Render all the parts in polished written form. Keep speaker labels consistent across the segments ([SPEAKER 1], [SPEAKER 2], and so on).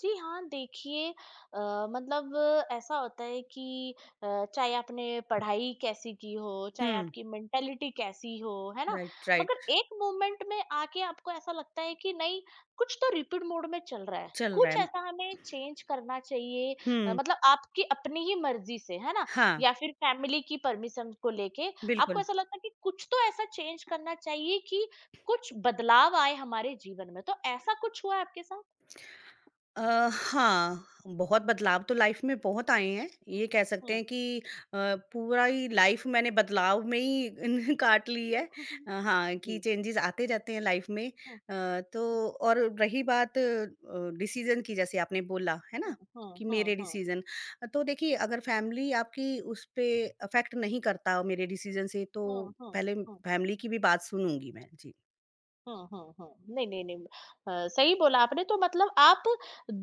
[SPEAKER 1] जी हाँ, देखिए मतलब ऐसा होता है कि चाहे आपने पढ़ाई कैसी की हो, चाहे
[SPEAKER 2] हुँ,
[SPEAKER 1] आपकी मेंटालिटी कैसी हो, है ना?
[SPEAKER 2] राइट,
[SPEAKER 1] मगर
[SPEAKER 2] राइट,
[SPEAKER 1] एक मोमेंट में आके आपको ऐसा लगता है कि नहीं, कुछ तो रिपीट मोड में चल रहा है।
[SPEAKER 2] चल रहा
[SPEAKER 1] कुछ
[SPEAKER 2] है।
[SPEAKER 1] ऐसा हमें चेंज करना चाहिए।
[SPEAKER 2] हुँ,
[SPEAKER 1] मतलब आपकी अपनी ही मर्ज़ी से, है ना?
[SPEAKER 2] हाँ,
[SPEAKER 1] या फिर फैमिली की परमिशन को लेके आपको
[SPEAKER 2] बिल्कुल।
[SPEAKER 1] ऐसा लगता है कि कुछ तो ऐसा चेंज करना चाहिए कि कुछ बदलाव आए हमारे जीवन में। तो ऐसा कुछ हुआ है आपके साथ?
[SPEAKER 2] हाँ, बहुत बदलाव तो लाइफ़ में बहुत आए हैं। ये कह सकते हैं कि पूरा ही लाइफ़ मैंने बदलाव में ही इन काट ली है। हाँ, कि
[SPEAKER 1] जी।
[SPEAKER 2] चेंजेज़ आते जाते हैं लाइफ़ में।
[SPEAKER 1] हाँ,
[SPEAKER 2] अ, तो और रही बात डिसीज़न की जैसे आपने बोला, है ना?
[SPEAKER 1] हाँ, हाँ,
[SPEAKER 2] कि मेरे
[SPEAKER 1] हाँ,
[SPEAKER 2] डिसीज़न तो देखिए अगर फ़ैमिली आपकी उस पे अफ़ेक्ट नहीं करता मेरे डिसीज़न से तो
[SPEAKER 1] हाँ, हाँ, हाँ,
[SPEAKER 2] पहले
[SPEAKER 1] हाँ,
[SPEAKER 2] फैमिली की भी बात सुनूँगी मैं। जी।
[SPEAKER 1] हाँ, हाँ, हाँ। नहीं, नहीं, नहीं। सही बोला आपने तो मतलब आप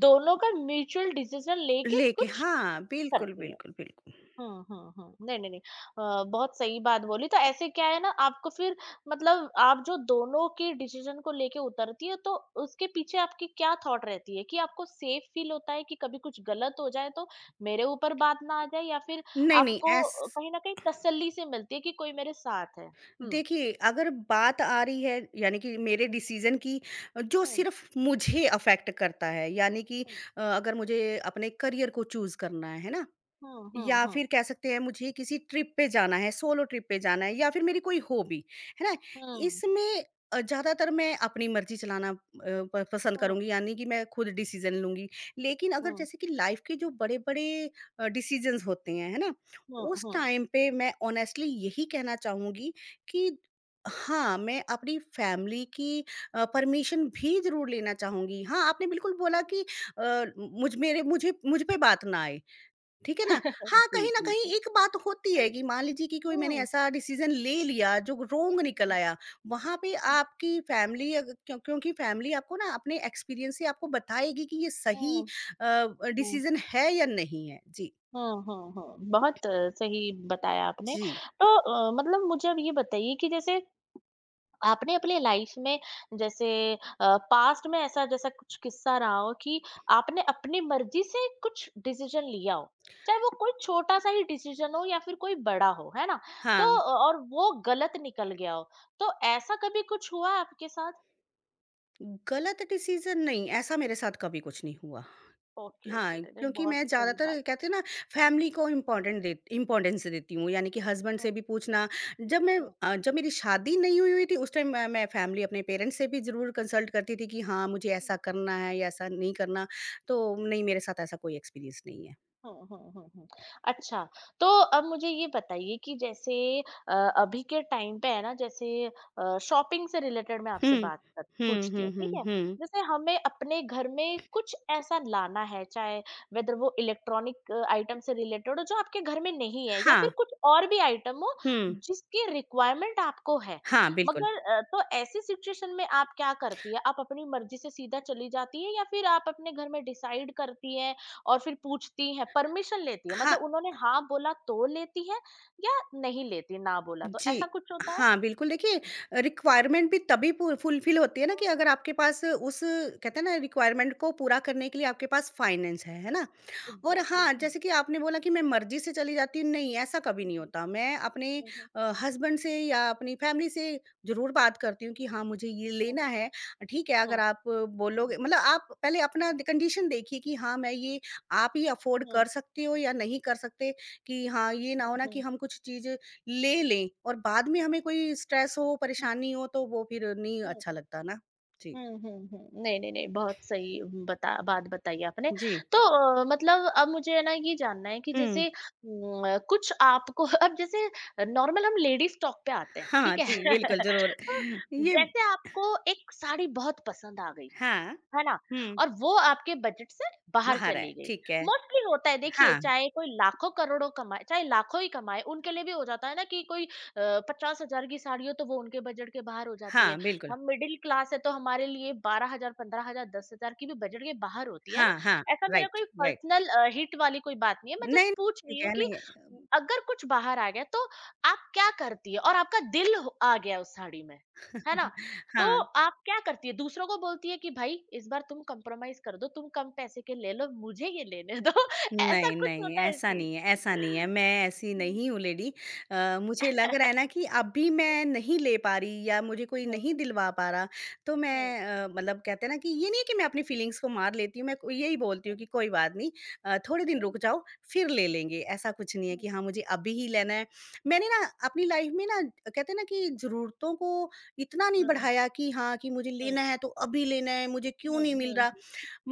[SPEAKER 1] दोनों का म्यूच्यूअल डिसीज़न लेके
[SPEAKER 2] लेके
[SPEAKER 1] कुछ
[SPEAKER 2] हाँ, बिल्कुल,
[SPEAKER 1] करती हैं।
[SPEAKER 2] बिल्कुल, बिल्कुल।
[SPEAKER 1] हुँ, हुँ, हुँ। नहीं, नहीं, नहीं। बहुत सही बात बोली। तो ऐसे क्या है ना, आपको फिर मतलब आप जो दोनों के डिसीज़न को लेके उतरती है तो उसके पीछे आपकी क्या थॉट रहती है? कि आपको सेफ फ़ील होता है कि कभी कुछ गलत हो जाए तो मेरे ऊपर बात ना आ जाए, या फिर
[SPEAKER 2] नहीं, नहीं
[SPEAKER 1] आपको
[SPEAKER 2] ऐस
[SPEAKER 1] कहीं न कहीं तसल्ली से मिलती है कि कोई मेरे साथ है? हुँ,
[SPEAKER 2] देखिए अगर बात आ रही है यानी कि मेरे
[SPEAKER 1] हुँ,
[SPEAKER 2] डिसीज़न की जो
[SPEAKER 1] हुँ,
[SPEAKER 2] सिर्फ़ मुझे अफ़ेक्ट करता है यानी कि अगर मुझे अपने करियर को चूज़ करना है ना?
[SPEAKER 1] हुँ, हुँ,
[SPEAKER 2] या
[SPEAKER 1] हुँ,
[SPEAKER 2] फिर कह सकते हैं मुझे किसी ट्रिप पे जाना है, सोलो ट्रिप पे जाना है या फिर मेरी कोई हॉबी, है ना?
[SPEAKER 1] हुँ,
[SPEAKER 2] इसमें ज़्यादातर मैं अपनी मर्ज़ी चलाना अ, प पसंद
[SPEAKER 1] हुँ,
[SPEAKER 2] करूँगी यानी कि मैं खुद डिसीज़न लूँगी। लेकिन अगर
[SPEAKER 1] हुँ,
[SPEAKER 2] जैसे कि लाइफ़ के जो बड़े-बड़े डिसीज़न्स होते हैं, है ना?
[SPEAKER 1] हुँ, हुँ,
[SPEAKER 2] उस
[SPEAKER 1] हुँ।
[SPEAKER 2] टाइम पे मैं ऑनेस्टली यही कहना चाहूँगी कि हाँ, मैं अपनी फैमिली की परमिशन भी ज़रूर लेना चाहूँगी। हाँ, आपने बिल्कुल बोला कि अ, मुझ मेरे मुझे मुझ पे बात ना आए। ठीक है ना? हाँ,
[SPEAKER 1] जी,
[SPEAKER 2] कहीं न
[SPEAKER 1] जी,
[SPEAKER 2] कहीं
[SPEAKER 1] जी।
[SPEAKER 2] एक बात होती है
[SPEAKER 1] हुँ,
[SPEAKER 2] कि मान लीजिए कि कोई मैंने
[SPEAKER 1] हुँ,
[SPEAKER 2] ऐसा डिसीज़न ले लिया जो रोंग निकल
[SPEAKER 1] हुँ,
[SPEAKER 2] आया, वहाँ पे आपकी फैमिली अग क्यों क्योंकि फैमिली आपको ना अपने एक्सपीरियंस से आपको बताएगी कि ये सही
[SPEAKER 1] हुँ,
[SPEAKER 2] अ,
[SPEAKER 1] हुँ।
[SPEAKER 2] डिसीज़न है या नहीं है। जी।
[SPEAKER 1] हाँ, हाँ, हाँ। बहुत सही बताया आपने।
[SPEAKER 2] जी।
[SPEAKER 1] तो मतलब मुझे अब ये बताइए कि जैसे आपने अपने लाइफ में, जैसे पास्ट में ऐसा जैसा कुछ किस्सा रहा हो कि आपने अपनी मर्ज़ी से कुछ डिसीज़न लिया हो, चाहे वो कोई छोटा-सा ही डिसीज़न हो या फिर कोई बड़ा हो, है ना?
[SPEAKER 2] हाँ,
[SPEAKER 1] तो और वो गलत निकल गया हो, तो ऐसा कभी कुछ हुआ आपके साथ?
[SPEAKER 2] गलत डिसीज़न नहीं, ऐसा मेरे साथ कभी कुछ नहीं हुआ।
[SPEAKER 1] ओके, ओके,
[SPEAKER 2] हाँ,
[SPEAKER 1] चलिए
[SPEAKER 2] क्योंकि
[SPEAKER 1] बहुत
[SPEAKER 2] मैं
[SPEAKER 1] सही बात
[SPEAKER 2] ज़्यादातर
[SPEAKER 1] है।
[SPEAKER 2] कहते हैं ना फैमिली को इम्पोर्टेंट दे इम्पोर्टेंस देती हूँ, यानी कि हस्बैंड से
[SPEAKER 1] हुँ,
[SPEAKER 2] भी पूछना जब
[SPEAKER 1] हुँ,
[SPEAKER 2] जब मेरी शादी नहीं हुई हुई थी उस टाइम मैं फैमिली अपने पेरेंट्स से भी ज़रूर कंसल्ट करती थी कि हाँ, मुझे ऐसा
[SPEAKER 1] हुँ।
[SPEAKER 2] करना है या ऐसा नहीं करना, तो नहीं मेरे साथ ऐसा कोई एक्सपीरियंस नहीं है।
[SPEAKER 1] हुँ, हुँ, हुँ, हुँ। अच्छा, तो अब मुझे ये बताइए कि जैसे अभी के टाइम पे है ना, जैसे शॉपिंग से रिलेटेड मैं
[SPEAKER 2] हुँ।
[SPEAKER 1] आपसे बात कर
[SPEAKER 2] हुँ,
[SPEAKER 1] पूछती हूँ,
[SPEAKER 2] हुँ, हुँ,
[SPEAKER 1] ठीक है?
[SPEAKER 2] हुँ।
[SPEAKER 1] जैसे हमें अपने घर में कुछ ऐसा लाना है, चाहे वेदर वो इलेक्ट्रॉनिक आइटम से रिलेटेड हो जो आपके घर में नहीं है, या फिर
[SPEAKER 2] हाँ।
[SPEAKER 1] कुछ और भी आइटम हो
[SPEAKER 2] हुँ।
[SPEAKER 1] जिसकी रिक्वायरमेंट आपको है।
[SPEAKER 2] हाँ, बिल्कुल।
[SPEAKER 1] मगर तो ऐसी सिचुएशन में आप क्या करती है? आप अपनी मर्ज़ी से सीधा चली जाती है, या फिर आप अपने घर में डिसाइड करती है और फिर पूछती हैं, परमिशन लेती है?
[SPEAKER 2] हाँ।
[SPEAKER 1] मतलब उन्होंने हाँ बोला तो लेती है या नहीं लेती, ना बोला तो? ऐसा
[SPEAKER 2] जी।
[SPEAKER 1] कुछ होता है?
[SPEAKER 2] हाँ, बिल्कुल देखिए
[SPEAKER 1] हुँ,
[SPEAKER 2] रिक्वायरमेंट भी तभी पू फुलफ़िल होती है ना
[SPEAKER 1] हुँ,
[SPEAKER 2] कि अगर आपके पास उस कहते हैं ना रिक्वायरमेंट को पूरा करने के लिए आपके पास फाइनेंस है ना? और
[SPEAKER 1] एग्ज़ैक्टली।
[SPEAKER 2] हाँ,
[SPEAKER 1] हुँ,
[SPEAKER 2] जैसे कि आपने बोला कि मैं मर्ज़ी से चली जाती हूँ, नहीं ऐसा कभी नहीं
[SPEAKER 1] हुँ,
[SPEAKER 2] होता। मैं अपने
[SPEAKER 1] हुँ,
[SPEAKER 2] हस्बैंड से या अपनी फैमिली से ज़रूर बात करती हूँ कि हाँ, मुझे ये
[SPEAKER 1] हुँ,
[SPEAKER 2] लेना है, ठीक है
[SPEAKER 1] हुँ,
[SPEAKER 2] अगर आप
[SPEAKER 1] हुँ,
[SPEAKER 2] बोलोगे मतलब आप पहले अपना द कंडीशन देखिए कि हाँ, मैं ये आप ही अफ़ोर्ड
[SPEAKER 1] हुँ,
[SPEAKER 2] कर सकते हो या नहीं कर सकते कि हाँ, ये ना
[SPEAKER 1] हुँ,
[SPEAKER 2] हो ना
[SPEAKER 1] हुँ,
[SPEAKER 2] कि
[SPEAKER 1] हुँ,
[SPEAKER 2] हम कुछ चीज़ ले लें और बाद में हमें कोई स्ट्रेस हो,
[SPEAKER 1] हुँ,
[SPEAKER 2] परेशानी हो तो वो फिर नहीं
[SPEAKER 1] हुँ, हुँ,
[SPEAKER 2] अच्छा लगता ना। जी।
[SPEAKER 1] हुँ, हुँ, हुँ, हुँ। नहीं, नहीं, नहीं। बहुत सही बता बात बताई आपने।
[SPEAKER 2] जी।
[SPEAKER 1] तो मतलब अब मुझे है ना ये जानना है कि
[SPEAKER 2] हुँ।
[SPEAKER 1] जैसे कुछ आपको अब जैसे नॉर्मल हम लेडीज़ टॉक पे आते हैं,
[SPEAKER 2] हाँ
[SPEAKER 1] ठीक
[SPEAKER 2] जी,
[SPEAKER 1] है?
[SPEAKER 2] बिल्कुल ज़रूर।
[SPEAKER 1] तो
[SPEAKER 2] ये
[SPEAKER 1] जैसे आपको एक साड़ी बहुत पसंद आ गई।
[SPEAKER 2] हाँ,
[SPEAKER 1] है ना?
[SPEAKER 2] हुँ,
[SPEAKER 1] और वो आपके बजट से बाहर
[SPEAKER 2] बाहर है,
[SPEAKER 1] चली गई।
[SPEAKER 2] ठीक है।
[SPEAKER 1] मोस्टली होता है देखिए,
[SPEAKER 2] हाँ,
[SPEAKER 1] चाहे कोई लाखों करोड़ों कमाए, चाहे लाखों ही कमाए, उनके लिए भी हो जाता है ना कि कोई 50,000 की साड़ी हो तो वो उनके बजट के बाहर हो जाती
[SPEAKER 2] हाँ,
[SPEAKER 1] है।
[SPEAKER 2] बिल्कुल।
[SPEAKER 1] हम मिडिल क्लास है तो हमारे लिए 12,000 15,000 10,000 की भी बजट के बाहर होती है
[SPEAKER 2] हाँ, हाँ,
[SPEAKER 1] ना? ऐसा मेरा
[SPEAKER 2] राइट,
[SPEAKER 1] कोई
[SPEAKER 2] राइट।
[SPEAKER 1] पर्सनल हिट वाली कोई बात नहीं है। मैं
[SPEAKER 2] नहीं,
[SPEAKER 1] जस्ट
[SPEAKER 2] नहीं,
[SPEAKER 1] पूछ रही
[SPEAKER 2] ठीक
[SPEAKER 1] हूँ
[SPEAKER 2] है,
[SPEAKER 1] कि
[SPEAKER 2] नहीं
[SPEAKER 1] अगर कुछ बाहर आ गया तो आप क्या करती है? और आपका दिल हो आ गया उस साड़ी में, है ना?
[SPEAKER 2] है।
[SPEAKER 1] तो
[SPEAKER 2] हाँ।
[SPEAKER 1] आप क्या करती है? दूसरों को बोलती है कि भाई इस बार तुम कॉम्प्रोमाइज़ कर दो, तुम कम पैसे के ले लो, मुझे ये लेने दो? ऐसा
[SPEAKER 2] नहीं,
[SPEAKER 1] कुछ
[SPEAKER 2] नहीं,
[SPEAKER 1] होता है
[SPEAKER 2] ऐसा
[SPEAKER 1] सीन?
[SPEAKER 2] नहीं है, मैं ऐसी
[SPEAKER 1] हुँ।
[SPEAKER 2] नहीं हूँ लेडी। मुझे लग रहा है ना कि अभी मैं नहीं ले पा रही या मुझे कोई
[SPEAKER 1] हुँ,
[SPEAKER 2] नहीं
[SPEAKER 1] हुँ,
[SPEAKER 2] दिलवा पा रहा, तो
[SPEAKER 1] हुँ,
[SPEAKER 2] मतलब कहते हैं ना कि ये नहीं है कि मैं अपनी फीलिंग्स को मार लेती हूँ, मैं को यही बोलती
[SPEAKER 1] हुँ,
[SPEAKER 2] हूँ कि कोई बात नहीं थोड़े दिन
[SPEAKER 1] हुँ,
[SPEAKER 2] रुक जाओ, फिर ले लेंगे। ऐसा कुछ नहीं है
[SPEAKER 1] हुँ,
[SPEAKER 2] कि हाँ, मुझे अभी ही
[SPEAKER 1] हुँ,
[SPEAKER 2] लेना है। मैंने ना अपनी लाइफ में ना कहते हैं ना कि ज़रूरतों को इतना नहीं
[SPEAKER 1] हुँ,
[SPEAKER 2] बढ़ाया कि हाँ, कि मुझे
[SPEAKER 1] हुँ,
[SPEAKER 2] लेना है तो अभी लेना है, मुझे क्यों
[SPEAKER 1] हुँ,
[SPEAKER 2] नहीं मिल
[SPEAKER 1] हुँ,
[SPEAKER 2] रहा?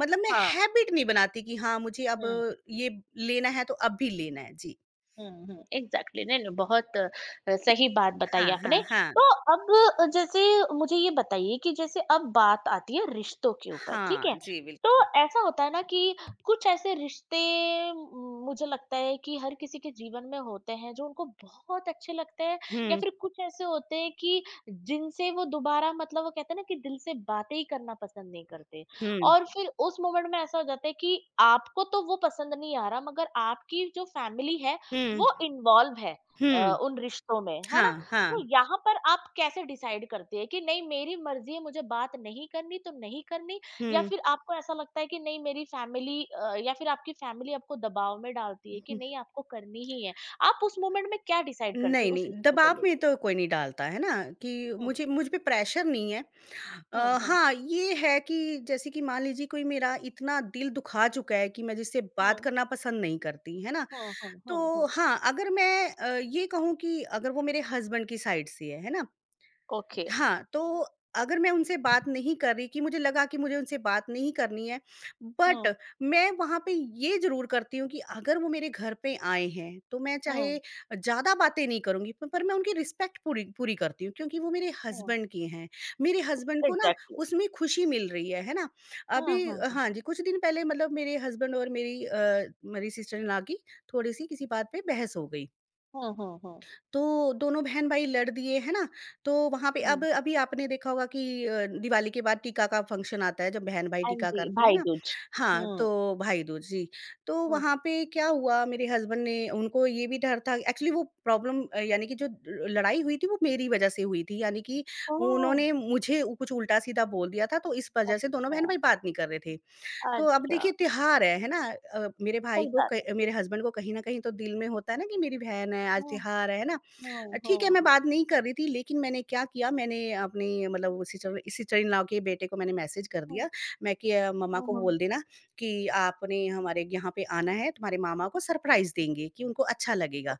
[SPEAKER 2] मतलब मैं
[SPEAKER 1] हाँ,
[SPEAKER 2] हैबिट नहीं बनाती कि हाँ, मुझे अब
[SPEAKER 1] हुँ।
[SPEAKER 2] ये लेना है तो अब भी लेना है। जी।
[SPEAKER 1] हुँ, हुँ, एग्ज़ैक्टली। नहीं, नहीं, बहुत सही बात बताई
[SPEAKER 2] हाँ,
[SPEAKER 1] आपने।
[SPEAKER 2] हाँ, हाँ।
[SPEAKER 1] तो अब जैसे मुझे ये बताइए कि जैसे अब बात आती है रिश्तों के ऊपर, ठीक है?
[SPEAKER 2] हाँ, जी
[SPEAKER 1] तो
[SPEAKER 2] बिल्कुल।
[SPEAKER 1] ऐसा होता है ना कि कुछ ऐसे रिश्ते, म मुझे लगता है कि हर किसी के जीवन में होते हैं जो उनको बहुत अच्छे लगते हैं, या
[SPEAKER 2] हुँ,
[SPEAKER 1] फिर कुछ ऐसे होते हैं कि जिनसे वो दोबारा मतलब वो कहते हैं ना कि दिल से बातें ही करना पसंद नहीं करते।
[SPEAKER 2] हुँ,
[SPEAKER 1] और फिर उस मोमेंट में ऐसा हो जाता है कि आपको तो वो पसंद नहीं आ रहा, मगर आपकी जो फैमिली है
[SPEAKER 2] हुँ,
[SPEAKER 1] वो इन्वॉल्व है अ,
[SPEAKER 2] हुँ।
[SPEAKER 1] उन रिश्तों में, है ना?
[SPEAKER 2] हाँ,
[SPEAKER 1] तो
[SPEAKER 2] हाँ।
[SPEAKER 1] यहाँ पर आप कैसे डिसाइड करते हैं कि नहीं मेरी मर्ज़ी है, मुझे बात नहीं करनी तो नहीं करनी, या
[SPEAKER 2] हुँ,
[SPEAKER 1] फिर आपको ऐसा लगता है कि नहीं मेरी फैमिली, या फिर आपकी फैमिली आपको दबाव में डालती है कि
[SPEAKER 2] हुँ।
[SPEAKER 1] नहीं आपको करनी ही है? आप उस मोमेंट में क्या डिसाइड करती
[SPEAKER 2] नहीं,
[SPEAKER 1] है उस
[SPEAKER 2] नहीं,
[SPEAKER 1] रिश्तों को
[SPEAKER 2] दबाव में
[SPEAKER 1] लेके?
[SPEAKER 2] तो कोई नहीं डालता, है ना? कि
[SPEAKER 1] हुँ,
[SPEAKER 2] मुझ पे प्रेशर नहीं है।
[SPEAKER 1] हुँ, हुँ,
[SPEAKER 2] हाँ, ये है कि जैसे कि मान लीजिए कोई मेरा इतना दिल दुखा चुका है कि मैं जिससे बात
[SPEAKER 1] हुँ,
[SPEAKER 2] करना पसंद नहीं करती, है ना?
[SPEAKER 1] हुँ, हुँ, हुँ,
[SPEAKER 2] तो
[SPEAKER 1] हुँ।
[SPEAKER 2] हाँ, अगर मैं अ, ये कहूँ कि अगर वो मेरे हस्बैंड की साइड से है ना?
[SPEAKER 1] ओके।
[SPEAKER 2] हाँ, तो अगर मैं उनसे बात नहीं कर रही कि मुझे लगा कि मुझे उनसे बात नहीं करनी है, बट
[SPEAKER 1] हुँ,
[SPEAKER 2] मैं वहाँ पे ये ज़रूर करती हूँ कि अगर वो मेरे घर पे आए हैं, तो मैं चाहे
[SPEAKER 1] हुँ,
[SPEAKER 2] ज़्यादा बातें नहीं करूँगी, प पर मैं उनकी रिस्पेक्ट पूरी पूरी करती हूँ क्योंकि वो मेरे
[SPEAKER 1] हुँ।
[SPEAKER 2] हस्बैंड के हैं। मेरे हस्बैंड को ना
[SPEAKER 1] एग्ज़ैक्टली।
[SPEAKER 2] उसमें खुशी मिल रही है ना?
[SPEAKER 1] हुँ, हुँ,
[SPEAKER 2] हाँ जी, कुछ दिन पहले मतलब मेरे हस्बैंड और मेरी सिस्टर-इन-लॉ की थोड़ी-सी किसी बात पे बहस हो गई।
[SPEAKER 1] हुँ, हुँ, हुँ, हुँ,
[SPEAKER 2] तो दोनों बहन-भाई लड़ दिए, है ना? तो वहाँ पे अब
[SPEAKER 1] हुँ।
[SPEAKER 2] अभी आपने देखा होगा कि दिवाली के बाद टीका का फंक्शन आता है, जब बहन-भाई
[SPEAKER 1] हाँ
[SPEAKER 2] टीका
[SPEAKER 1] जी,
[SPEAKER 2] करते हैं
[SPEAKER 1] भाई
[SPEAKER 2] ना?
[SPEAKER 1] दूज।
[SPEAKER 2] हाँ, तो
[SPEAKER 1] हुँ,
[SPEAKER 2] भाई-दूज जी। तो
[SPEAKER 1] हुँ।
[SPEAKER 2] वहाँ पे क्या हुआ मेरे हस्बैंड ने उनको ये भी डर था एक्चुअली वो यानी कि जो ल लड़ाई हुई थी वो मेरी वजह से हुई थी, यानी कि
[SPEAKER 1] ओह!
[SPEAKER 2] उन्होंने मुझे उ कुछ उल्टा-सीधा बोल दिया था, तो इस वजह से दोनों
[SPEAKER 1] अच्छा,
[SPEAKER 2] बहन-भाई बात नहीं कर रहे थे। तो अब
[SPEAKER 1] अच्छा,
[SPEAKER 2] देखिए त्योहार है ना?
[SPEAKER 1] सही बात है।
[SPEAKER 2] मेरे हस्बैंड को कहीं न कहीं तो दिल में होता है ना कि मेरी बहन है, आज
[SPEAKER 1] हुँ,
[SPEAKER 2] त्योहार है ना?
[SPEAKER 1] हुँ,
[SPEAKER 2] ठीक है,
[SPEAKER 1] हुँ,
[SPEAKER 2] मैं
[SPEAKER 1] हुँ।
[SPEAKER 2] बात नहीं कर रही थी, लेकिन मैंने क्या किया, मैंने अपनी मतलब सिस्टर-इन-लॉ के बेटे को मैंने मैसेज कर
[SPEAKER 1] हुँ,
[SPEAKER 2] दिया, मैं कि मम्मा
[SPEAKER 1] हुँ,
[SPEAKER 2] को
[SPEAKER 1] हुँ।
[SPEAKER 2] बोल देना कि आपने हमारे यहाँ पे आना है, तुम्हारे मामा को सरप्राइज़ देंगे कि उनको अच्छा लगेगा।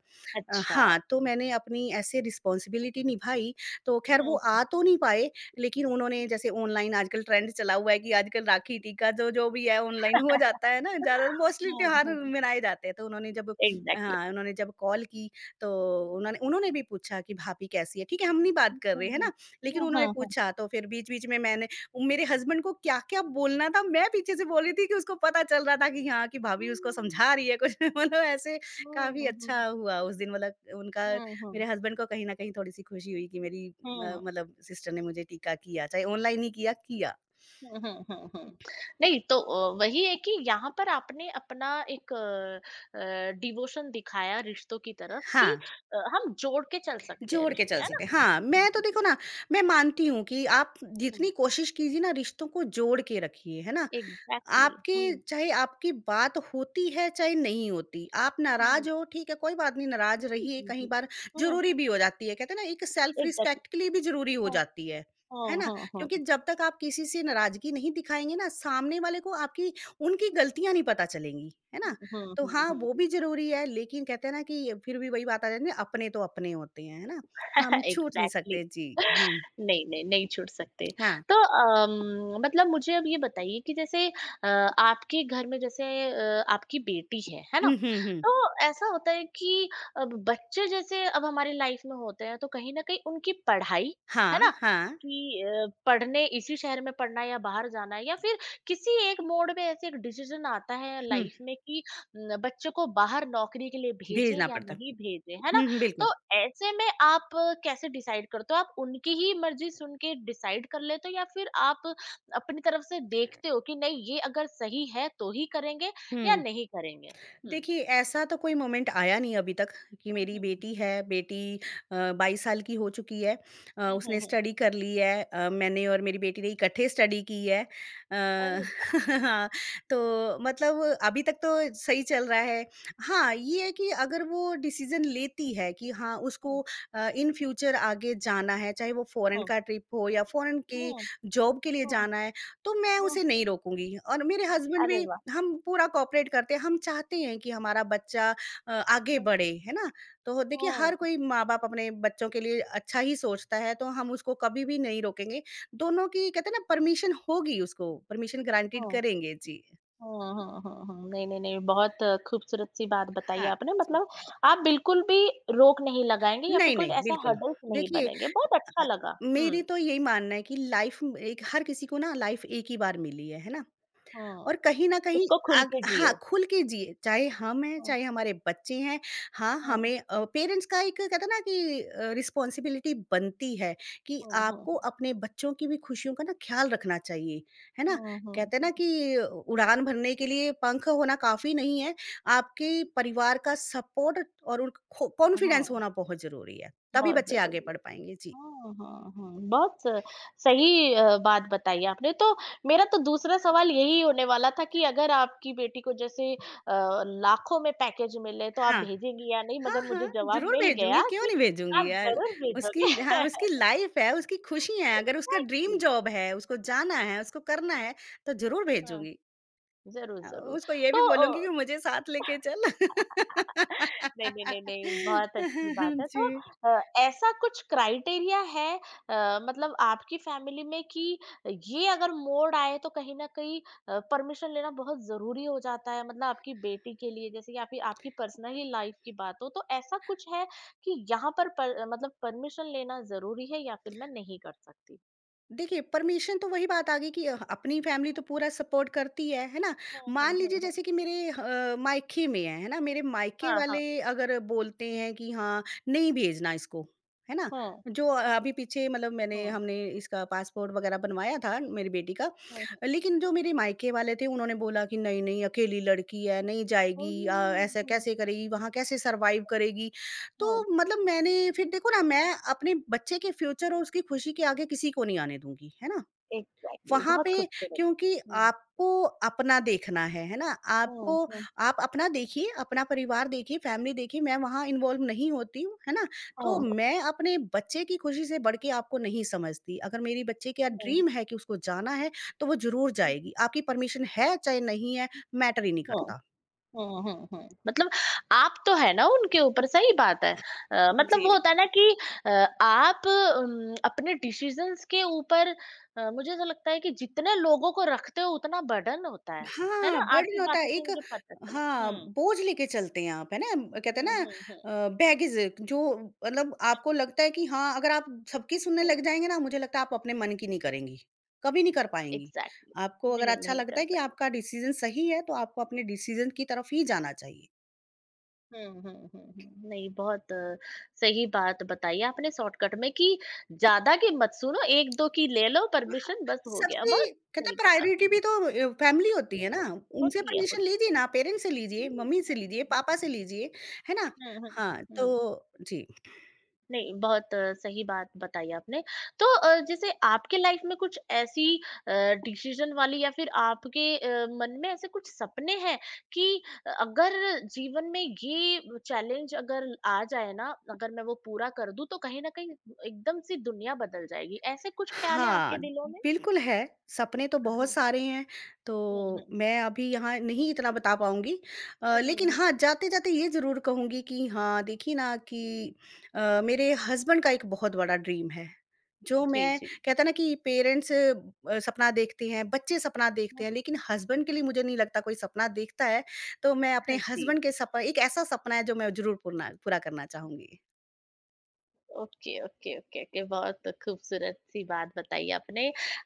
[SPEAKER 1] अच्छा,
[SPEAKER 2] हाँ, तो मैंने अपनी ऐसे रिस्पॉन्सिबिलिटी निभाई, तो ख़ैर वो
[SPEAKER 1] हुँ, हुँ,
[SPEAKER 2] आ तो नहीं पाए, लेकिन उन्होंने जैसे ऑनलाइन आजकल ट्रेंड चला हुआ है कि आजकल राखी, टीका जो जो भी है ऑनलाइन हो जाता है ना, ज़्यादातर मोस्टली
[SPEAKER 1] हुँ,
[SPEAKER 2] त्योहार
[SPEAKER 1] हुँ,
[SPEAKER 2] मनाए जाते हैं। तो
[SPEAKER 1] एग्ज़ैक्टली।
[SPEAKER 2] उन्होंने जब कॉल की तो उन्होंने उन्होंने भी पूछा कि भाभी कैसी है? ठीक है, हम नहीं बात
[SPEAKER 1] हुँ,
[SPEAKER 2] कर
[SPEAKER 1] हुँ,
[SPEAKER 2] रहे, है ना?
[SPEAKER 1] हुँ,
[SPEAKER 2] लेकिन
[SPEAKER 1] हुँ,
[SPEAKER 2] उन्होंने
[SPEAKER 1] हुँ, हुँ।
[SPEAKER 2] पूछा तो फिर बीच-बीच में मैंने मेरे हस्बैंड को क्या-क्या बोलना था मैं पीछे से बोल रही थी कि उसको पता चल रहा था कि हाँ, कि भाभी उसको समझा रही है कुछ मतलब ऐसे
[SPEAKER 1] हुँ,
[SPEAKER 2] काफ़ी
[SPEAKER 1] हुँ, हुँ,
[SPEAKER 2] अच्छा हुआ उस दिन मतलब उनका
[SPEAKER 1] हुँ,
[SPEAKER 2] मेरे
[SPEAKER 1] हुँ।
[SPEAKER 2] हस्बैंड को कहीं न कहीं थोड़ी-सी खुशी हुई कि मेरी म मतलब सिस्टर ने मुझे टीका किया, चाहे ऑनलाइन ही किया, किया।
[SPEAKER 1] हुँ, हुँ, हुँ, हुँ। नहीं तो वही है कि यहाँ पर आपने अपना एक डिवोशन दिखाया रिश्तों की तरफ कि
[SPEAKER 2] हाँ,
[SPEAKER 1] हम जोड़ के चल सकते हैं
[SPEAKER 2] जोड़ के
[SPEAKER 1] रिश्ते,
[SPEAKER 2] चल
[SPEAKER 1] है ना?
[SPEAKER 2] सके। हाँ,
[SPEAKER 1] जी,
[SPEAKER 2] मैं तो
[SPEAKER 1] जी, जी।
[SPEAKER 2] देखो ना, मैं मानती हूँ कि आप
[SPEAKER 1] हुँ,
[SPEAKER 2] जितनी कोशिश कीजिए ना रिश्तों को जोड़ के रखिए, है ना?
[SPEAKER 1] एग्ज़ैक्टली।
[SPEAKER 2] आपके
[SPEAKER 1] हुँ,
[SPEAKER 2] चाहे आपकी बात होती है, चाहे नहीं होती, आप
[SPEAKER 1] हुँ,
[SPEAKER 2] नाराज़ हो, ठीक है, कोई बात नहीं, नाराज़
[SPEAKER 1] जी,
[SPEAKER 2] रहिए,
[SPEAKER 1] जी,
[SPEAKER 2] कई
[SPEAKER 1] जी।
[SPEAKER 2] बार
[SPEAKER 1] हुँ,
[SPEAKER 2] ज़रूरी
[SPEAKER 1] हुँ।
[SPEAKER 2] भी हो जाती है। कहते हैं ना, एक सेल्फ
[SPEAKER 1] Exactly.
[SPEAKER 2] रिस्पेक्ट के लिए भी ज़रूरी हो
[SPEAKER 1] Huh,
[SPEAKER 2] जाती है
[SPEAKER 1] huh,
[SPEAKER 2] ना?
[SPEAKER 1] huh, huh.
[SPEAKER 2] क्योंकि जब तक आप किसी से नाराज़गी नहीं दिखाएँगे ना, सामने वाले को आपकी उनकी गलतियाँ नहीं पता चलेंगी, है ना?
[SPEAKER 1] Hmm, hmm,
[SPEAKER 2] तो
[SPEAKER 1] hmm,
[SPEAKER 2] हाँ,
[SPEAKER 1] hmm.
[SPEAKER 2] वो
[SPEAKER 1] Hmm.
[SPEAKER 2] भी ज़रूरी है, लेकिन कहते हैं ना कि ये फिर भी वही बात आ जाती है, अपने तो अपने होते हैं, है ना? हम छूट नहीं
[SPEAKER 1] एग्ज़ैक्टली।
[SPEAKER 2] सकते। जी, हुँ,
[SPEAKER 1] नहीं, नहीं, नहीं छूट सकते।
[SPEAKER 2] हाँ।
[SPEAKER 1] तो अम, मतलब मुझे अब ये बताइए कि जैसे अ, आपके घर में, जैसे आपकी बेटी है ना?
[SPEAKER 2] हुँ, हुँ, हुँ।
[SPEAKER 1] तो ऐसा होता है कि अब बच्चे जैसे अब हमारी लाइफ में होते हैं, तो कहीं न कहीं उनकी पढ़ाई,
[SPEAKER 2] हाँ,
[SPEAKER 1] है ना?
[SPEAKER 2] हाँ।
[SPEAKER 1] कि पढ़ने इसी शहर में पढ़ना है या बाहर जाना है, या फिर किसी एक मोड़ में ऐसे एक डिसीज़न आता है
[SPEAKER 2] हुँ,
[SPEAKER 1] लाइफ में कि न बच्चे को बाहर नौकरी के लिए भेजें
[SPEAKER 2] भेजना
[SPEAKER 1] या
[SPEAKER 2] पड़ता है।
[SPEAKER 1] नहीं भेजें, है ना?
[SPEAKER 2] हुँ, हुँ, बिल्कुल।
[SPEAKER 1] तो ऐसे में आप कैसे डिसाइड करते हो? आप उनकी ही मर्ज़ी सुन के डिसाइड कर लेते हो, या फिर आप अपनी तरफ से देखते हो कि नहीं ये अगर सही है तो ही करेंगे या
[SPEAKER 2] हुँ।
[SPEAKER 1] नहीं करेंगे? हुँ।
[SPEAKER 2] देखिए, ऐसा तो कोई मोमेंट आया नहीं अभी तक कि
[SPEAKER 1] हुँ,
[SPEAKER 2] मेरी
[SPEAKER 1] हुँ,
[SPEAKER 2] बेटी है, 22 साल की हो चुकी है।
[SPEAKER 1] हुँ, हुँ,
[SPEAKER 2] उसने
[SPEAKER 1] हुँ।
[SPEAKER 2] स्टडी कर ली है। मैंने और मेरी बेटी ने इकट्ठे स्टडी की है। अ,
[SPEAKER 1] अरे वाह!
[SPEAKER 2] हाँ, तो मतलब अभी तक तो सही चल रहा है। हाँ, ये है कि अगर वो डिसीज़न लेती है कि हाँ,
[SPEAKER 1] हुँ,
[SPEAKER 2] उसको इन फ्यूचर आगे जाना है, चाहे वो फ़ॉरेन
[SPEAKER 1] हुँ।
[SPEAKER 2] का ट्रिप हो या फ़ॉरेन की
[SPEAKER 1] हुँ,
[SPEAKER 2] जॉब के लिए
[SPEAKER 1] हुँ,
[SPEAKER 2] जाना है, तो मैं
[SPEAKER 1] हुँ।
[SPEAKER 2] उसे नहीं रोकूँगी और मेरे हस्बैंड
[SPEAKER 1] अरे
[SPEAKER 2] भी
[SPEAKER 1] वाह!
[SPEAKER 2] हम पूरा कोऑपरेट करते हैं, हम चाहते हैं कि हमारा बच्चा आगे
[SPEAKER 1] हुँ,
[SPEAKER 2] बढ़े, है ना? तो देखिए हर
[SPEAKER 1] हुँ,
[SPEAKER 2] कोई माँ-बाप अपने बच्चों के लिए अच्छा ही सोचता है, तो हम उसको कभी भी नहीं रोकेंगे। दोनों की कहते हैं ना परमिशन होगी उसको, परमिशन ग्रांटेड
[SPEAKER 1] हुँ।
[SPEAKER 2] करेंगे। जी,
[SPEAKER 1] हुँ, हुँ, हुँ, हुँ। नहीं, नहीं, नहीं, बहुत खूबसूरत सी बात बताई
[SPEAKER 2] हाँ,
[SPEAKER 1] आपने।
[SPEAKER 2] जी।
[SPEAKER 1] मतलब आप बिल्कुल भी रोक नहीं लगाएँगे या फिर
[SPEAKER 2] नहीं,
[SPEAKER 1] कोई
[SPEAKER 2] नहीं,
[SPEAKER 1] ऐसा
[SPEAKER 2] बिल्कुल।
[SPEAKER 1] हर्डल्स नहीं
[SPEAKER 2] देखिए
[SPEAKER 1] बनेंगे। बहुत अच्छा
[SPEAKER 2] अ,
[SPEAKER 1] लगा। हुँ,
[SPEAKER 2] मेरी तो यही मानना है कि लाइफ़ एक हर किसी को ना लाइफ़ एक ही बार मिली है ना?
[SPEAKER 1] हुँ।
[SPEAKER 2] और कहीं न कहीं
[SPEAKER 1] उसको खुल
[SPEAKER 2] आग
[SPEAKER 1] के
[SPEAKER 2] हाँ,
[SPEAKER 1] जियो।
[SPEAKER 2] खुल के जिए, चाहे हम हैं,
[SPEAKER 1] हाँ,
[SPEAKER 2] चाहे हमारे बच्चे हैं। हाँ,
[SPEAKER 1] हाँ,
[SPEAKER 2] हमें पेरेंट्स का एक कहते हैं ना कि रिस्पॉन्सिबिलिटी बनती है कि
[SPEAKER 1] हाँ, हाँ,
[SPEAKER 2] आपको अपने बच्चों की भी खुशियों का ना ख़्याल रखना चाहिए, है ना?
[SPEAKER 1] हाँ, हाँ।
[SPEAKER 2] कहते हैं ना
[SPEAKER 1] हुँ,
[SPEAKER 2] कि उड़ान भरने के लिए पंख होना काफ़ी नहीं है, आपके
[SPEAKER 1] हुँ।
[SPEAKER 2] परिवार का सपोर्ट और उन खो कॉन्फिडेंस
[SPEAKER 1] हाँ,
[SPEAKER 2] होना बहुत ज़रूरी है, तभी
[SPEAKER 1] बहुत
[SPEAKER 2] बच्चे आगे
[SPEAKER 1] ज़रूरी है।
[SPEAKER 2] बढ़ पाएँगे। जी।
[SPEAKER 1] हाँ, हाँ, हाँ, बहुत सही बात बताई आपने। तो मेरा तो दूसरा सवाल यही होने वाला था कि अगर आपकी बेटी को जैसे लाखों में पैकेज मिले, तो आप
[SPEAKER 2] हाँ।
[SPEAKER 1] भेजेंगी या नहीं?
[SPEAKER 2] हाँ,
[SPEAKER 1] मगर
[SPEAKER 2] हाँ,
[SPEAKER 1] मुझे जवाब
[SPEAKER 2] ज़रूर
[SPEAKER 1] मिल
[SPEAKER 2] भेजूँगी,
[SPEAKER 1] गया
[SPEAKER 2] क्यों
[SPEAKER 1] कि
[SPEAKER 2] नहीं भेजूँगी
[SPEAKER 1] आप
[SPEAKER 2] यार।
[SPEAKER 1] ज़रूर
[SPEAKER 2] उसकी
[SPEAKER 1] भेजोगे।
[SPEAKER 2] हाँ, उसकी लाइफ़ है, उसकी खुशी है, अगर उसका ड्रीम
[SPEAKER 1] एग्ज़ैक्टली।
[SPEAKER 2] जॉब है, उसको जाना है, उसको करना है, तो ज़रूर
[SPEAKER 1] हाँ,
[SPEAKER 2] भेजूँगी।
[SPEAKER 1] ज़रूर,
[SPEAKER 2] अ,
[SPEAKER 1] ज़रूर।
[SPEAKER 2] उसको ये भी
[SPEAKER 1] तो
[SPEAKER 2] बोलूँगी
[SPEAKER 1] अ
[SPEAKER 2] कि मुझे साथ लेके चल।
[SPEAKER 1] नहीं, नहीं, नहीं, नहीं, बहुत अच्छी बात है।
[SPEAKER 2] जी।
[SPEAKER 1] तो ऐसा कुछ क्राइटेरिया है मतलब आपकी फैमिली में कि ये अगर मोड़ आए तो कहीं न कहीं परमिशन लेना बहुत ज़रूरी हो जाता है? मतलब आपकी बेटी के लिए, जैसे कि आपकी आपकी पर्सनली लाइफ़ की बात हो, तो ऐसा कुछ है कि यहाँ पर मतलब परमिशन लेना ज़रूरी है, या फिर मैं नहीं कर सकती?
[SPEAKER 2] देखिए, परमिशन तो वही बात आ गई कि अपनी फैमिली तो पूरा सपोर्ट करती है ना?
[SPEAKER 1] हुँ,
[SPEAKER 2] मान
[SPEAKER 1] हुँ,
[SPEAKER 2] लीजिए
[SPEAKER 1] हुँ, हुँ।
[SPEAKER 2] जैसे कि मायके में है ना? मेरे मायके
[SPEAKER 1] हाँ, हाँ।
[SPEAKER 2] वाले अगर बोलते हैं कि हाँ, नहीं भेजना इसको, है ना?
[SPEAKER 1] हुँ,
[SPEAKER 2] जो अभी पीछे मतलब मैंने
[SPEAKER 1] हुँ,
[SPEAKER 2] हमने इसका पासपोर्ट वगैरह बनवाया था मेरी बेटी का।
[SPEAKER 1] हुँ, हुँ।
[SPEAKER 2] लेकिन जो मेरे मायके वाले थे उन्होंने बोला कि नहीं, नहीं अकेली लड़की है, नहीं
[SPEAKER 1] हुँ, हुँ, हुँ,
[SPEAKER 2] ऐसा
[SPEAKER 1] हुँ,
[SPEAKER 2] कैसे करेगी, वहाँ कैसे सर्वाइव करेगी? तो
[SPEAKER 1] हुँ।
[SPEAKER 2] मतलब मैंने फिर देखो ना मैं अपने बच्चे के फ्यूचर और उसकी खुशी के आगे किसी को नहीं आने दूंगी, है ना?
[SPEAKER 1] एग्ज़ैक्टली,
[SPEAKER 2] वहाँ
[SPEAKER 1] बहुत
[SPEAKER 2] पे
[SPEAKER 1] खूबसूरत।
[SPEAKER 2] क्योंकि
[SPEAKER 1] हुँ।
[SPEAKER 2] आपको अपना देखना है ना? आपको
[SPEAKER 1] हुँ, हुँ,
[SPEAKER 2] आप अपना देखिए, अपना परिवार देखिए, फैमिली देखिए, मैं वहाँ इन्वॉल्व नहीं होती हूँ, है ना?
[SPEAKER 1] हुँ,
[SPEAKER 2] तो
[SPEAKER 1] हुँ,
[SPEAKER 2] मैं अपने बच्चे की खुशी से बढ़ के आपको नहीं समझती। अगर मेरी बच्चे का
[SPEAKER 1] हुँ,
[SPEAKER 2] ड्रीम है कि उसको जाना है, तो वो ज़रूर जाएगी। आपकी परमिशन है चाहे नहीं है, मैटर ही नहीं
[SPEAKER 1] हुँ,
[SPEAKER 2] करता।
[SPEAKER 1] हुँ, हुँ, हुँ। मतलब आप तो है ना उनके ऊपर, सही बात है। मतलब
[SPEAKER 2] जी।
[SPEAKER 1] वो होता है ना कि अ, आप अपने डिसीज़न्स के ऊपर, मुझे ऐसा लगता है कि जितने लोगों को रखते हो उतना बर्डन होता है। है
[SPEAKER 2] हाँ,
[SPEAKER 1] ना? आपकी
[SPEAKER 2] बर्डन होता
[SPEAKER 1] बातों
[SPEAKER 2] है
[SPEAKER 1] से
[SPEAKER 2] एक
[SPEAKER 1] मुझे पता चला।
[SPEAKER 2] हाँ,
[SPEAKER 1] हुँ,
[SPEAKER 2] बोझ लेके चलते हैं आप, है ना? कहते हैं
[SPEAKER 1] हुँ, हुँ, हुँ,
[SPEAKER 2] ना बैगेज जो मतलब आपको लगता है कि हाँ, अगर आप सबकी सुनने
[SPEAKER 1] हुँ।
[SPEAKER 2] लग जाएँगे ना, मुझे लगता है आप अपने मन की नहीं करेंगी, कभी नहीं कर पाएँगी।
[SPEAKER 1] एग्ज़ैक्टली।
[SPEAKER 2] आपको अगर
[SPEAKER 1] नहीं,
[SPEAKER 2] अच्छा
[SPEAKER 1] नहीं
[SPEAKER 2] लगता
[SPEAKER 1] कर
[SPEAKER 2] है कि
[SPEAKER 1] पाए।
[SPEAKER 2] आपका डिसीज़न सही है, तो आपको अपने डिसीज़न की तरफ ही जाना चाहिए।
[SPEAKER 1] हुँ, हुँ, हुँ, हुँ। नहीं, बहुत सही बात बताई आपने शॉर्टकट में, कि ज़्यादा की मत सुनो, 1-2 की ले लो
[SPEAKER 2] हाँ,
[SPEAKER 1] परमिशन, बस हो गया।
[SPEAKER 2] सबसे
[SPEAKER 1] बहुत
[SPEAKER 2] कहते हैं
[SPEAKER 1] सही बता
[SPEAKER 2] प्रायोरिटी भी
[SPEAKER 1] हुँ,
[SPEAKER 2] तो फैमिली होती
[SPEAKER 1] हुँ,
[SPEAKER 2] है ना,
[SPEAKER 1] हुँ।
[SPEAKER 2] उनसे
[SPEAKER 1] होती है,
[SPEAKER 2] परमिशन
[SPEAKER 1] होती
[SPEAKER 2] लीजिए ना, पेरेंट्स से लीजिए,
[SPEAKER 1] हुँ,
[SPEAKER 2] मम्मी से
[SPEAKER 1] हुँ,
[SPEAKER 2] लीजिए,
[SPEAKER 1] हुँ, हुँ।
[SPEAKER 2] पापा से लीजिए, है ना?
[SPEAKER 1] हुँ, हुँ,
[SPEAKER 2] हाँ,
[SPEAKER 1] हुँ।
[SPEAKER 2] तो जी।
[SPEAKER 1] नहीं, बहुत सही बात बताई आपने। तो जैसे आपके लाइफ़ में कुछ ऐसी अ, डिसीज़न वाली, या फिर आपके मन में ऐसे कुछ सपने हैं कि अगर जीवन में ये चैलेंज अगर आ जाए ना, अगर मैं वो पूरा कर दूँ तो कहीं न कहीं एकदम से दुनिया बदल जाएगी। ऐसे कुछ ख़्याल हैं
[SPEAKER 2] हाँ,
[SPEAKER 1] आपके दिलों में?
[SPEAKER 2] बिल्कुल है, सपने तो बहुत सारे हैं, तो
[SPEAKER 1] हुँ, हुँ, हुँ।
[SPEAKER 2] मैं अभी यहाँ नहीं इतना बता पाऊँगी।
[SPEAKER 1] हुँ, हुँ,
[SPEAKER 2] लेकिन
[SPEAKER 1] हुँ।
[SPEAKER 2] हाँ, जाते-जाते ये ज़रूर कहूँगी कि हाँ, देखिए ना कि मेरे हस्बैंड का एक बहुत बड़ा ड्रीम है, जो
[SPEAKER 1] जी,
[SPEAKER 2] मैं
[SPEAKER 1] जी।
[SPEAKER 2] कहते हैं ना कि सपना देखते हैं, बच्चे सपना देखते हैं, लेकिन हस्बैंड के लिए मुझे नहीं लगता कोई सपना देखता है, तो मैं अपने
[SPEAKER 1] जी।
[SPEAKER 2] हस्बैंड के सप एक ऐसा सपना है, जो मैं ज़रूर पूर्ना पूरा करना चाहूँगी।
[SPEAKER 1] Okay, okay, okay, okay. बहुत खूबसूरत सी बात बताई आपने।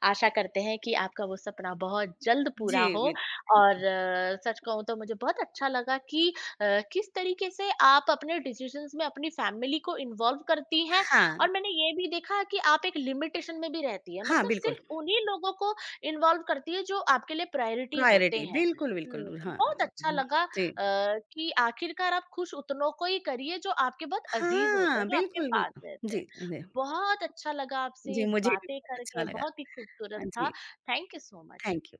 [SPEAKER 1] आशा करते हैं कि आपका वो सपना बहुत जल्द पूरा
[SPEAKER 2] जी,
[SPEAKER 1] हो,
[SPEAKER 2] बिल
[SPEAKER 1] और सच कहूँ तो मुझे बहुत अच्छा लगा कि अ, किस तरीके से आप अपने डिसीज़न्स में अपनी फैमिली को इन्वॉल्व करती हैं,
[SPEAKER 2] हाँ,
[SPEAKER 1] और मैंने ये भी देखा कि आप एक लिमिटेशन में भी रहती हैं।
[SPEAKER 2] हाँ,
[SPEAKER 1] मतलब
[SPEAKER 2] बिल्कुल।
[SPEAKER 1] सिर्फ़ उन्हीं लोगों को इन्वॉल्व करती है जो आपके लिए प्रायोरिटी होते
[SPEAKER 2] प्रायोरिटी
[SPEAKER 1] हैं।
[SPEAKER 2] बिल्कुल,
[SPEAKER 1] हुँ,
[SPEAKER 2] बिल्कुल। हाँ,
[SPEAKER 1] बहुत अच्छा
[SPEAKER 2] हुँ,
[SPEAKER 1] लगा
[SPEAKER 2] जी।
[SPEAKER 1] अ, कि आखिरकार आप खुश उतनों को ही करिए जो आपके बहुत अजीज होते हैं,
[SPEAKER 2] हाँ,
[SPEAKER 1] जो आपके
[SPEAKER 2] बिल्कुल,
[SPEAKER 1] पास
[SPEAKER 2] बिल्कुल।
[SPEAKER 1] रहते
[SPEAKER 2] जी,
[SPEAKER 1] हैं।
[SPEAKER 2] जी,
[SPEAKER 1] बहुत अच्छा लगा
[SPEAKER 2] जी
[SPEAKER 1] आपसे
[SPEAKER 2] मुझे भी
[SPEAKER 1] बातें
[SPEAKER 2] बहुत अच्छा
[SPEAKER 1] करके,
[SPEAKER 2] लगा।
[SPEAKER 1] बहुत ही खूबसूरत
[SPEAKER 2] हाँ
[SPEAKER 1] था।
[SPEAKER 2] जी,
[SPEAKER 1] thank you so much.
[SPEAKER 2] Thank you.